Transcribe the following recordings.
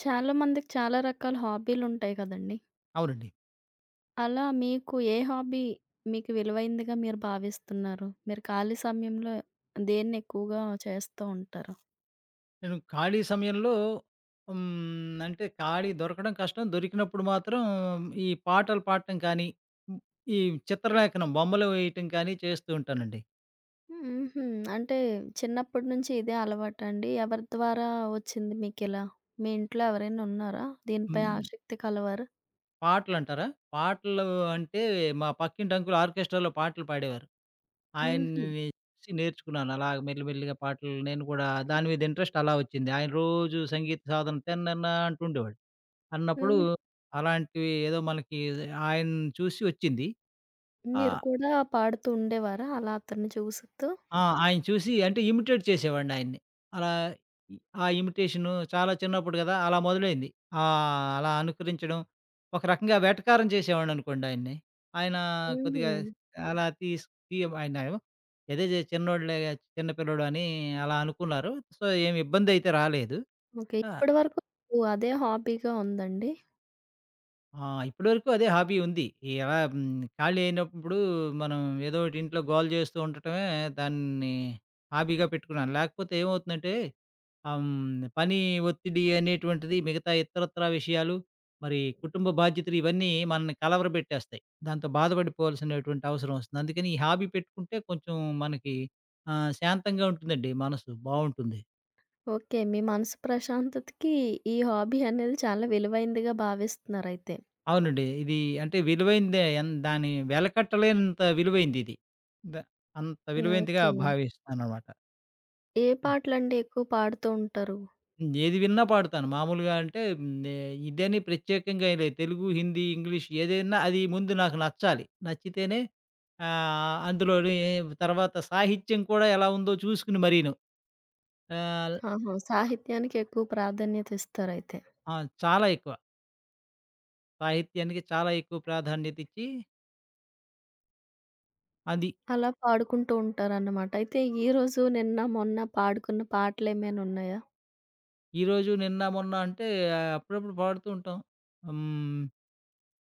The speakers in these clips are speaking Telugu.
చాలా మందికి చాలా రకాల హాబీలుంటాయి కదండీ! అవునండి. అలా మీకు ఏ హాబీ మీకు విలువైందిగా మీరు భావిస్తున్నారు? మీరు ఖాళీ సమయంలో దేన్ని ఎక్కువగా చేస్తూ ఉంటారు? నేను ఖాళీ సమయంలో అంటే ఖాళీ దొరకడం కష్టం. దొరికినప్పుడు మాత్రం ఈ పాటలు పాడటం కానీ, హ్మ్. ఈ చిత్రలేఖనం బొమ్మలు వేయటం కానీ చేస్తూ ఉంటానండి. హుహు. అంటే చిన్నప్పటి నుంచి ఇదే అలవాటా అండి? ఎవరి ద్వారా వచ్చింది మీకిలా? మీ ఇంట్లో ఎవరైనా ఉన్నారా? దీనిపై హ్మ్. ఆసక్తి కలవారు? పాటలంటారా? పాటలు అంటే మా పక్కింటి అంకుల్ ఆర్కెస్ట్రాలో పాటలు పాడేవారు. హుహు. ఆయన్ని చూసి నేర్చుకున్నాను. అలా మెల్లి మెల్లిగా పాటలు నేను కూడా దాని మీద ఇంట్రెస్ట్ అలా వచ్చింది. ఆయన రోజు సంగీత సాధన తెన్నన్న అంటుండేవాడు. అన్నప్పుడు హ్మ్. అలాంటివి ఏదో మనకి ఆయన చూసి వచ్చింది. ఆ! మీరు కూడా పాడుతూ ఉండేవారా అలా అతన్ని చూస్తూ? ఆ! ఆయన చూసి అంటే ఇమిటేట్ చేసేవాడిని ఆయన్ని. అలా ఇ ఆ ఇమిటేషను చాలా చిన్నప్పుడు గదా! అలా మొదలైంది. అలా అనుకరించడం, ఒక రకంగా వేటకారం చేసేవాడిననుకోండి ఆయన్ని. ఆయన కొద్దిగా హుహు. అలా తీయ ఆయనేమో ఏదో చిన్నోడులే చిన్న పిల్లోడు అని అలా అనుకున్నారు. సో, ఏమి ఇబ్బందయితే రాలేదు. ఓకే. ఆ! ఇప్పటి వరకు అదే హాబీగా ఉందండి? ఆ! ఇప్పటివరకు అదే హాబీ ఉంది. ఎలా ఖాళీ అయినప్పుడు మనం ఏదో ఒకటి ఇంట్లో గోల చేస్తూ ఉండటమే దాన్ని హాబీగా పెట్టుకున్నాను. లేకపోతే ఏమవుతుందంటే పని ఒత్తిడి అనేటువంటిది మిగతా ఇతరత్రా విషయాలు, మరి కుటుంబ బాధ్యతలు ఇవన్నీ మనల్ని కలవరబెట్టేస్తాయి. దాంతో బాధపడిపోవాల్సినటువంటి అవసరం వస్తుంది. అందుకని ఈ హాబీ పెట్టుకుంటే కొంచెం మనకి శాంతంగా ఉంటుందండి మనసు. బావుంటుంది. ఓకే. మీ మనసు ప్రశాంతతకి ఈ హాబీ అనేది చాలా విలువైందిగా భావిస్తున్నారయితే. అవునండి. ఇది అంటే విలువైందే. దాని వెలకట్టలేనంత విలువైందిది. ద అంత విలువైందిగా ఓకే. భావిస్తాననమాట. ఏ హ్మ్. పాటలండి ఎక్కువ పాడుతూ ఉంటారు? ఏది విన్నా పాడుతాను. మామూలుగా అంటే నే ఇదని ప్రత్యేకంగా ఏం లేదు. తెలుగు, హిందీ, ఇంగ్లీష్ ఏదైనా అది ముందు నాకు నచ్చాలి. నచ్చితేనే అందులోని తర్వాత సాహిత్యం కూడా ఎలా ఉందో చూసుకుని మరీను. ఆహ్, ఆహా! సాహిత్యానికి ఎక్కువ ప్రాధాన్యత ఇస్తారయితే. ఆ! చాలా ఎక్కువ. సాహిత్యానికి చాలా ఎక్కువ ప్రాధాన్యత ఇచ్చి అది అలా పాడుకుంటూ ఉంటారన్నమాట. అయితే ఈరోజు, నిన్న, మొన్న పాడుకున్న పాటలేమైనున్నాయా? ఈరోజు, నిన్న, మొన్న అంటే ఆ, అప్పుడప్పుడు పాడుతూ ఉంటాం. హ్మ్.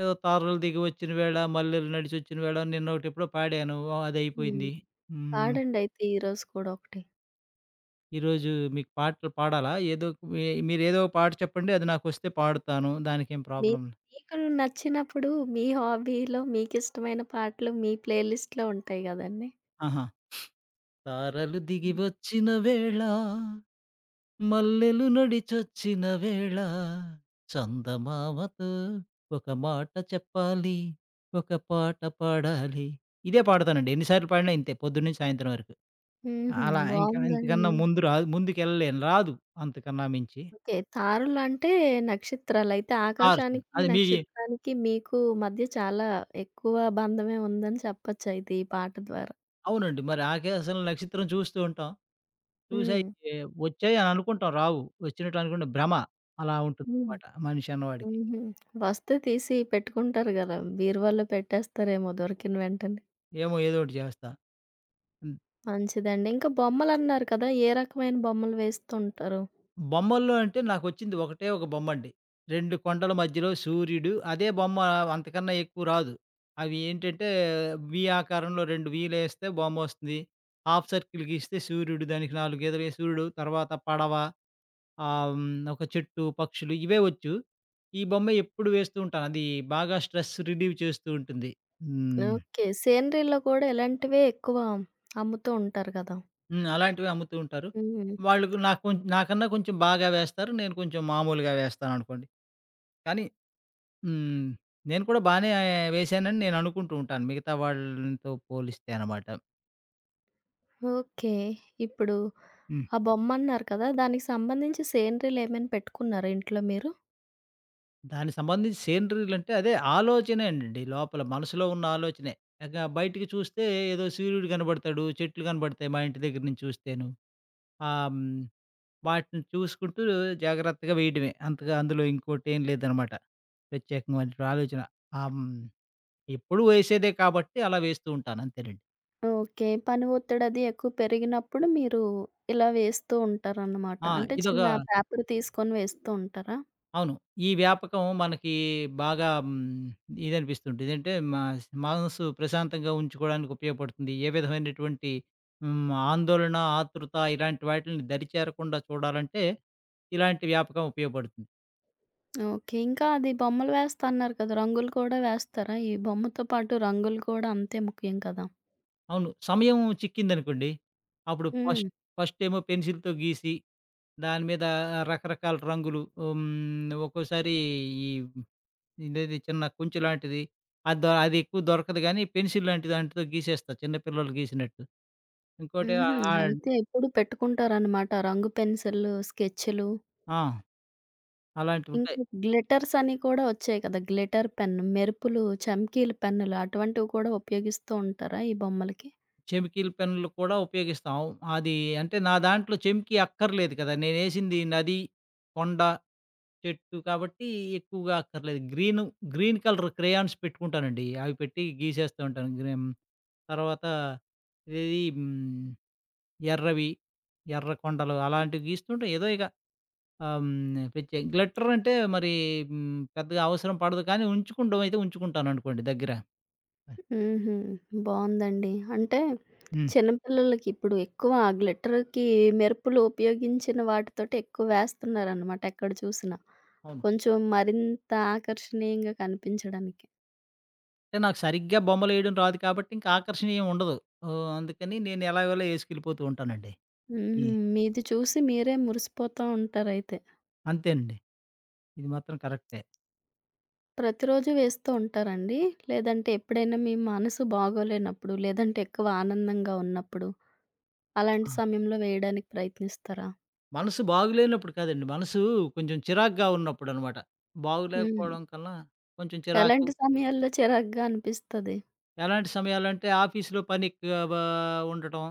ఏదో తారలు దిగి వచ్చిన వేళ, మల్లెలు నడిచొచ్చిన వేళ నిన్నొకటెప్పుడో పాడాను. హ్మ్. అదయిపోయింది. హ్మ్. పాడండయితే ఈరోజు కూడా ఒకటి. ఈరోజు మీకు పాటలు పాడాలా? ఏదో మీరేదో ఒక పాట చెప్పండి. అది నాకొస్తే పాడుతాను. దానికేం మీ ప్రాబ్లమ్ లే మీకు నచ్చినప్పుడు మీ హాబీలో మీకిష్టమైన పాటలు మీ ప్లే లిస్ట్‌లో ఉంటాయి గదండీ! ఆహా! తారలు దిగి హ్మ్. వచ్చిన వేళ, మల్లెలు నడిచొచ్చిన వేళ, చందమామతో ఒక మాట చెప్పాలి, ఒక పాట పాడాలి. ఇదే పాడతానండి. ఎన్ని సార్లు పాడినా ఇంతే పొద్దున్న నుంచి సాయంత్రం వరకు. హుహు. అలా ఇంకా ఇంతకన్నా బావుందండి. ముందు రాదు. ముందుకెళ్ళలేను. రాదు అంతకన్నా మించి. ఓకే. తారలంటే నక్షత్రాలయితే స్టార్స్ ఆకాశానికి, అది మీ నక్షత్రానికి మీకు మధ్య చాలా ఎక్కువ బంధమే ఉందని చెప్పొచ్చయితే ఈ పాట ద్వారా. అవునండి. మరి ఆకాశంలో నక్షత్రం చూస్తూ ఉంటాం. చూసాయి హ్మ్. వచ్చాయి అని అనుకుంటాం. రావు. వచ్చినట్టు అనుకుంటాం. భ్రమ అలా హ్మ్. ఉంటుందన్నమాట మనిషి అన్నవాడికి. హుహు. వస్తే తీసి పెట్టుకుంటారు గదా! బీరువాలో పెట్టేస్తారేమో దొరికిన వెంటనే. ఏమో ఏదో ఒకటి చేస్తా. మంచిదండి. ఇంకా బొమ్మలన్నారు కదా! ఏ రకమైన బొమ్మలు వేస్తుంటారు? బొమ్మల్లో అంటే నాకొచ్చింది ఒకటే ఒక బొమ్మండి. 2 కొండల మధ్యలో సూర్యుడు. అదే బొమ్మ అంతకన్నా ఎక్కువ రాదు. అవి ఏంటంటే ఆకారంలో 2 వీలేస్తే బొమ్మొస్తుంది. హాఫ్ సర్కిల్ గీస్తే సూర్యుడు, దానికి నాలుగెదలు సూర్యుడు, తర్వాత పడవ, ఆహ్, హ్మ్, ఒక చెట్టు, పక్షులు ఇవే వచ్చు. ఈ బొమ్మ ఎప్పుడు వేస్తూ ఉంటాను. అది బాగా స్ట్రెస్ రిలీవ్ చేస్తూ ఉంటుంది. హ్మ్. ఓకే. సేనరీలో కూడా ఇలాంటివే ఎక్కువ అమ్ముతూ ఉంటారు గదా! హ్మ్. అలాంటివి అమ్ముతూ ఉంటారు. హ్మ్. వాళ్ళకు నాకు నాకన్నా కొంచెం బాగా వేస్తారు. నేను కొంచెం మామూలుగా వేస్తాననుకోండి. కానీ హ్మ్. నేను కూడా బానే వేశానని నేననుకుంటూ ఉంటాను. మిగతా వాళ్ళతో పోలిస్తే అనమాట. ఓకే. ఇప్పుడు హ్మ్. ఆ బొమ్మన్నారు కదా! దానికి సంబంధించి సేనరీలేమైనా పెట్టుకున్నారా ఇంట్లో మీరు? దానికి సంబంధించి సేనరీలంటే అదే ఆలోచనేనండి లోపల మనసులో ఉన్న ఆలోచనే. ఇక బయటికి చూస్తే ఏదో సూర్యుడు కనబడతాడు, చెట్లు కనబడతాయి మా ఇంటి దగ్గర నుంచి చూస్తేను. ఆహ్, హ్మ్. వాటిని చూసుకుంటూ జాగ్రత్తగా వేయడమే. అంతగా అందులో ఇంకోటేం లేదనమాట. ప్రత్యేకమైనటువంటి ఆలోచన. ఆహ్, హ్మ్. ఎప్పుడూ వేసేదే కాబట్టి అలా వేస్తూ ఉంటాను అంతేనండి. ఓకే. పని ఒత్తిడది ఎక్కువ పెరిగినప్పుడు మీరు ఇలా వేస్తూ ఉంటారన్నమాట. ఆ! అంటే ఇదొక చిన్న పేపర్ తీసుకొని వేస్తూ ఉంటారా? అవును. ఈ వ్యాపకం మనకి బాగా ఇదనిపిస్తుంటుంది. ఇదంటే మాస్ మనసు ప్రశాంతంగా ఉంచుకోవడానికి ఉపయోగపడుతుంది. ఏ విధమైనటువంటి ఆందోళన, ఆతృత ఇలాంటి వాటిల్ని దరిచేరకుండా చూడాలంటే ఇలాంటి వ్యాపకం ఉపయోగపడుతుంది. ఓకే. ఇంకా అది బొమ్మలు వేస్తా అన్నారు కదా! రంగులు కూడా వేస్తారా? ఈ బొమ్మతో పాటు రంగులు కూడా అంతే ముఖ్యం కదా! అవును. సమయం చిక్కిందనుకోండి. అప్పుడు హ్మ్. ఫస్టేమో పెన్సిల్‌తో గీసి, దాని మీద రకరకాల రంగులు హ్మ్. ఒక్కోసారి ఈ ఇదేది చిన్న కుంచు లాంటిది అది అది ఎక్కువ దొరకదు గానీ, పెన్సిల్ లాంటి దాంటితో గీసేస్తా చిన్న పిల్లలు గీసినట్టు. ఇంకోటి హుహు. ఆహ్, ఆహ్, అయితే ఎప్పుడు పెట్టుకుంటారనమాట రంగు పెన్సిల్లు, స్కెచ్‌లు. ఆ! అలాంటివుంటాయి. ఇంకా గ్లిటర్స్ అని కూడా వచ్చాయి కదా! గ్లిటర్ పెన్, మెరుపులు, చమ్కీలు పెన్నులు అటువంటివి కూడా ఉపయోగిస్తూ ఉంటారా ఈ బొమ్మలకి? చెమికీల పెన్నులు కూడా ఉపయోగిస్తాం. అది అంటే నా దాంట్లో చెమికీ అక్కర్లేదు కదా! నేనేసింది నది, కొండ చెట్టు కాబట్టి ఎక్కువగా అక్కర్లేదు. గ్రీను, గ్రీన్ కలర్ క్రేయాన్స్ పెట్టుకుంటానండి. అవి పెట్టి గీసేస్తూ ఉంటాను. గ్రీన్ తర్వాత ఇదేది ఎర్రవి, ఎర్ర కొండలు అలాంటివి గీస్తుంటే ఏదో ఇక పిచ్చి గ్లిట్టర్ అంటే మరి పెద్దగా అవసరం పడదు కానీ ఉంచుకుండం అయితే ఉంచుకుంటాననుకోండి దగ్గర. హుహు. బావుందండి. అంటే హ్మ్. చిన్న పిల్లలకి ఇప్పుడు ఎక్కువ ఆ గ్లిటర్‌కి మెరుపులు ఉపయోగించిన వాటితోటి ఎక్కువ వేస్తున్నారనమాట ఎక్కడ చూసినా. అవును. కొంచెం మరింత ఆకర్షణీయంగా కనిపించడానికి. అంటే నాకు సరిగ్గా బొమ్మలేయడం రాదు కాబట్టి ఇంకా ఆకర్షణీయం ఉండదు. ఓహ్! అందుకని నేను ఎలాగోలా ఏసుకెళ్ళిపోతూ ఉంటానండి. ఈ హుహు. మీది చూసి మీరే మురిసిపోతూ ఉంటారయితే. అంతేనండి. ఇది మాత్రం కరెక్టే. ప్రతిరోజు వేస్తూ ఉంటారండి? లేదంటే ఎప్పుడైనా మీ మనసు బాగోలేనప్పుడు, లేదంటే ఎక్కువ ఆనందంగా ఉన్నప్పుడు, అలాంటి సమయంలో వేయడానికి ప్రయత్నిస్తారా? మనసు బాగులేనప్పుడు కాదండి. మనసు కొంచెం చిరాకుగా ఉన్నప్పుడనమాట. హ్మ్. బాగులేకపోవడం కన్నా కొంచెం చిరాకు. ఎలాంటి సమయాల్లో చిరాకుగా అనిపిస్తది? ఎలాంటి సమయాలంటే ఆఫీస్‌లో పని ఎక్కువగా ఉండటం,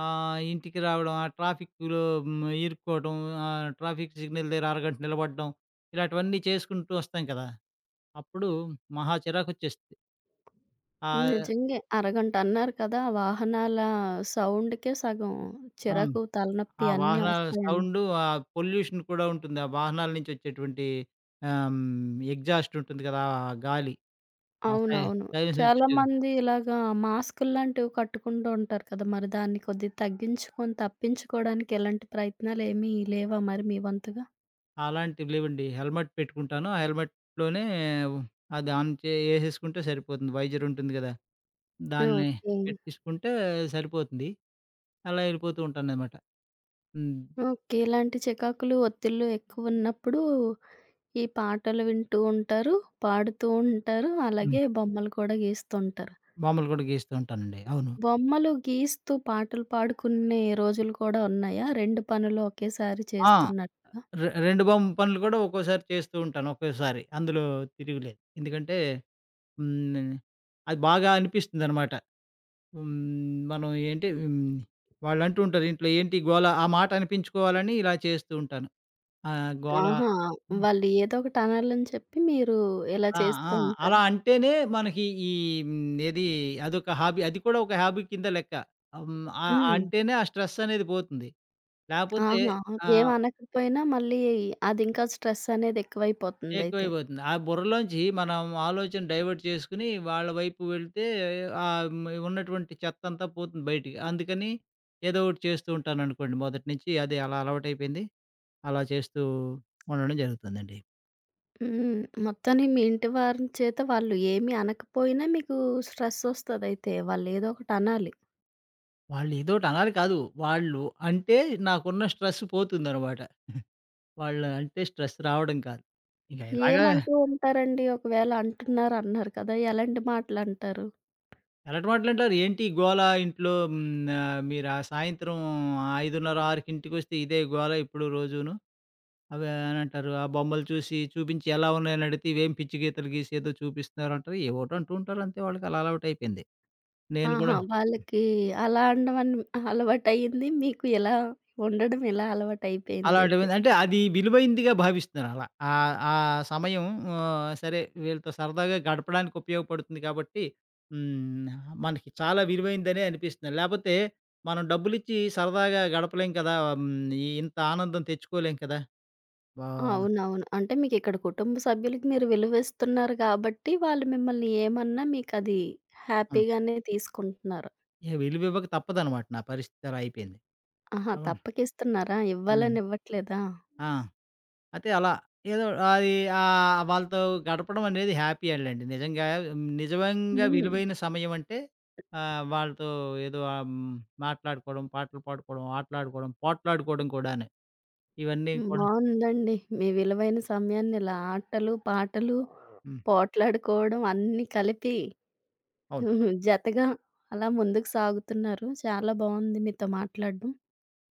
ఇంటికి రావడం, ఆ ట్రాఫిక్‌లో ఇరుక్కోవడం, ట్రాఫిక్ సిగ్నల్ దగ్గర అరగంట నిలబడడం, ఇలాంటివన్నీ చేసుకుంటూ వస్తాం కదా! అప్పుడు మహా చిరాకొచ్చేస్తది. హ్మ్. ఆహ్, నిజంగే అరగంట అన్నారు కదా! వాహనాల సౌండ్‌కే సగం అవును. చిరాకు, తలనొప్పి ఆ అన్నీ వాహనాల వస్తాయండి. సౌండు, ఆ పొల్యూషన్ కూడా ఉంటుంది. ఆ వాహనాల నుంచి వచ్చేటువంటి ఆహ్, హ్మ్, ఎగ్జాస్ట్ ఉంటుంది కదా! ఆ గాలి. ఆ! అవునవును. సైలెన్సర్ పెట్టు చాలామంది ఇలాగా మాస్కులు లాంటివి కట్టుకుంటూ ఉంటారు కదా! మరి దాన్ని కొద్దిగా తగ్గించుకొని, తప్పించుకోవడానికి ఎలాంటి ప్రయత్నాలేమీ లేవా మరి మీ వంతుగా? అలాంటివి లేవండి. హెల్మెట్ పెట్టుకుంటాను. ఆ హెల్మెట్‌లోనే అది ఆన్ ఏసేసుకుంటే సరిపోతుంది. వైజర్ ఉంటుంది గదా! ఆ! దాన్ని ఓకే. పెట్టేసుకుంటే సరిపోతుంది. అలా వెళ్ళిపోతూ ఉంటాననమాట. హ్మ్. ఓకే. ఇలాంటి చికాకులు, ఒత్తిళ్ళు ఎక్కువున్నప్పుడు ఈ పాటలు వింటూ ఉంటారు, పాడుతూ ఉంటారు. హ్మ్. అలాగే బొమ్మలు కూడా గీస్తుంటారు. బొమ్మలు కూడా గీస్తూ ఉంటానండి. అవును. బొమ్మలు గీస్తూ పాటలు పాడుకునే రోజులు కూడా ఉన్నాయా? 2 పనులు ఒకేసారి ఆ! చేస్తున్నట్టుగా? 2 బొమ్మ పనులు కూడా ఒక్కోసారి చేస్తూ ఉంటాను. ఒకేసారి అందులో తిరుగులేదు. ఎందుకంటే హ్మ్. అది బాగా అనిపిస్తుందనమాట. హ్మ్. మనం ఏంటి హ్మ్. వాళ్ళంటూ ఉంటారు ఇంట్లో ఏంటి గోల? ఆ మాట అనిపించుకోవాలని ఇలా చేస్తూ ఉంటాను. ఆహ్, గోల ఆహా! హ్మ్. వాళ్ళు ఏదో ఒకటి అనాలని చెప్పి మీరు ఇలా ఆ! చేస్తూ ఆ! ఉంటారు. అలా అంటేనే మనకి ఈ హ్మ్. ఏది అదొక హాబీ అది కూడా ఒక హాబీ కింద లెక్క. హ్మ్. హ్మ్. అంటేనే ఆ స్ట్రెస్ అనేది పోతుంది. లేపోతే ఆహా! ఆహ్, ఏమనకపోయినా మళ్ళీ అదింకా స్ట్రెస్ అనేది ఎక్కువైపోతుందయితే. ఎక్కువైపోతుంది. ఆ బుర్రలోంచి మనం ఆలోచన డైవర్ట్ చేసుకొని వాళ్ళ వైపు వెళ్తే ఆహ్, హ్మ్. ఉన్నటువంటి చెత్తంతా పోతుంది బయటికి. అందుకని ఏదో ఒకటి చేస్తూ ఉంటాననుకోండి మొదటి నుంచి. అది అలా అలవాటయిపోయింది. అలా చేస్తూ ఉండడం జరుగుతుందండి. హ్మ్. మొత్తానికి మీ ఇంటి వారి చేత వాళ్ళు ఏమి అనకపోయినా మీకు స్ట్రెస్ ఒస్తదయితే. వాళ్ళేదో ఒకటనాలి. వాళ్ళేదోటి అనాలి కాదు. వాళ్ళు అంటే నాకున్న స్ట్రెస్ పోతుందనమాట. వాళ్ళు అంటే స్ట్రెస్ రావడం కాదు. ఇక ఇలాగా ఏమంటూ ఉంటారండి? ఒకవేళ అంటున్నారన్నారు కదా! ఎలాంటి మాటలంటారు? ఎలాంటి మాటలంటారు? ఏంటి గోల ఇంట్లో హ్మ్. మీరా సాయంత్రం 5:30, 6కి ఇంటికొస్తే ఇదే గోల ఇప్పుడు రోజును. అవి అనంటారు. ఆ బొమ్మలు చూసి చూపించి ఎలా ఉన్నాయని అడిగితే ఇవేం పిచ్చి గీతలు గీసి ఏదో చూపిస్తున్నారు అంటారు. ఏవోటో అంటూ ఉంటారు అంతే వాళ్ళకి అలా అలవాటయిపోయింది. నేను ఆహా! కూడా వాళ్ళకి అలా అనడం అలవాటయింది. మీకు ఇలా ఉండడం ఇలా అలాంటివి అలవాటయిపోయిందయితే. అంటే అది విలువైందిగా భావిస్తున్నారలా. ఆహ్, ఆ ఆ సమయం సరే వీళ్ళతో సరదాగా గడపడానికి ఉపయోగపడుతుంది కాబట్టి, హ్మ్. మనకి చాలా విలువైందనే అనిపిస్తుంది. లేపోతే మనం డబ్బులిచ్చి సరదాగా గడపలేం కదా! హ్మ్. ఇంత ఆనందం తెచ్చుకోలేం కదా! వా అవునవును. అంటే మీకిక్కడ కుటుంబ సభ్యులకి మీరు విలువిస్తున్నారు గాబట్టి, వాళ్ళు మిమ్మల్ని ఏమన్నా మీకది హ్మ్. హ్యాపీగానే తీసుకుంటున్నారు. విలువివ్వక తప్పదనమాట నా పరిస్థితి అలా అయిపోయింది. ఆహా! అవును. తప్పకిస్తున్నారా? ఆ! ఇవ్వాలని ఇవ్వట్లేదా? ఆ! అయితే అలా ఏదో అది వాళ్ళతో గడపడం అనేది హ్యాపీ అండి. నిజంగా నిజంగా హ్మ్. విలువైన సమయం అంటే వాళ్ళతో ఏదో మాట్లాడుకోవడం, పాటలు పాడుకోవడం, ఆటలాడుకోవడం, పోట్లాడుకోవడం కూడాను. ఇవన్నీ హ్మ్. కూడా బావుందండి. మీ విలువైన సమయాన్ని ఇలా ఆటలు, పాటలు, హ్మ్. పోట్లాడుకోవడం అన్నీ కలిపి అవును. జతగా అలా ముందుకు సాగుతున్నారు. చాలా బావుంది మీతో మాట్లాడడం.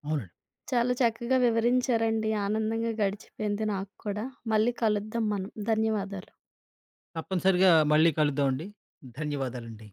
అవునండి. చాలా చక్కగా వివరించారండి. ఆనందంగా గడిచిపోయింది నాకు కూడా. మళ్ళీ కలుద్దాం మనం. ధన్యవాదాలు. తప్పనిసరిగా మళ్ళీ కలుద్దామండి. ధన్యవాదాలండి.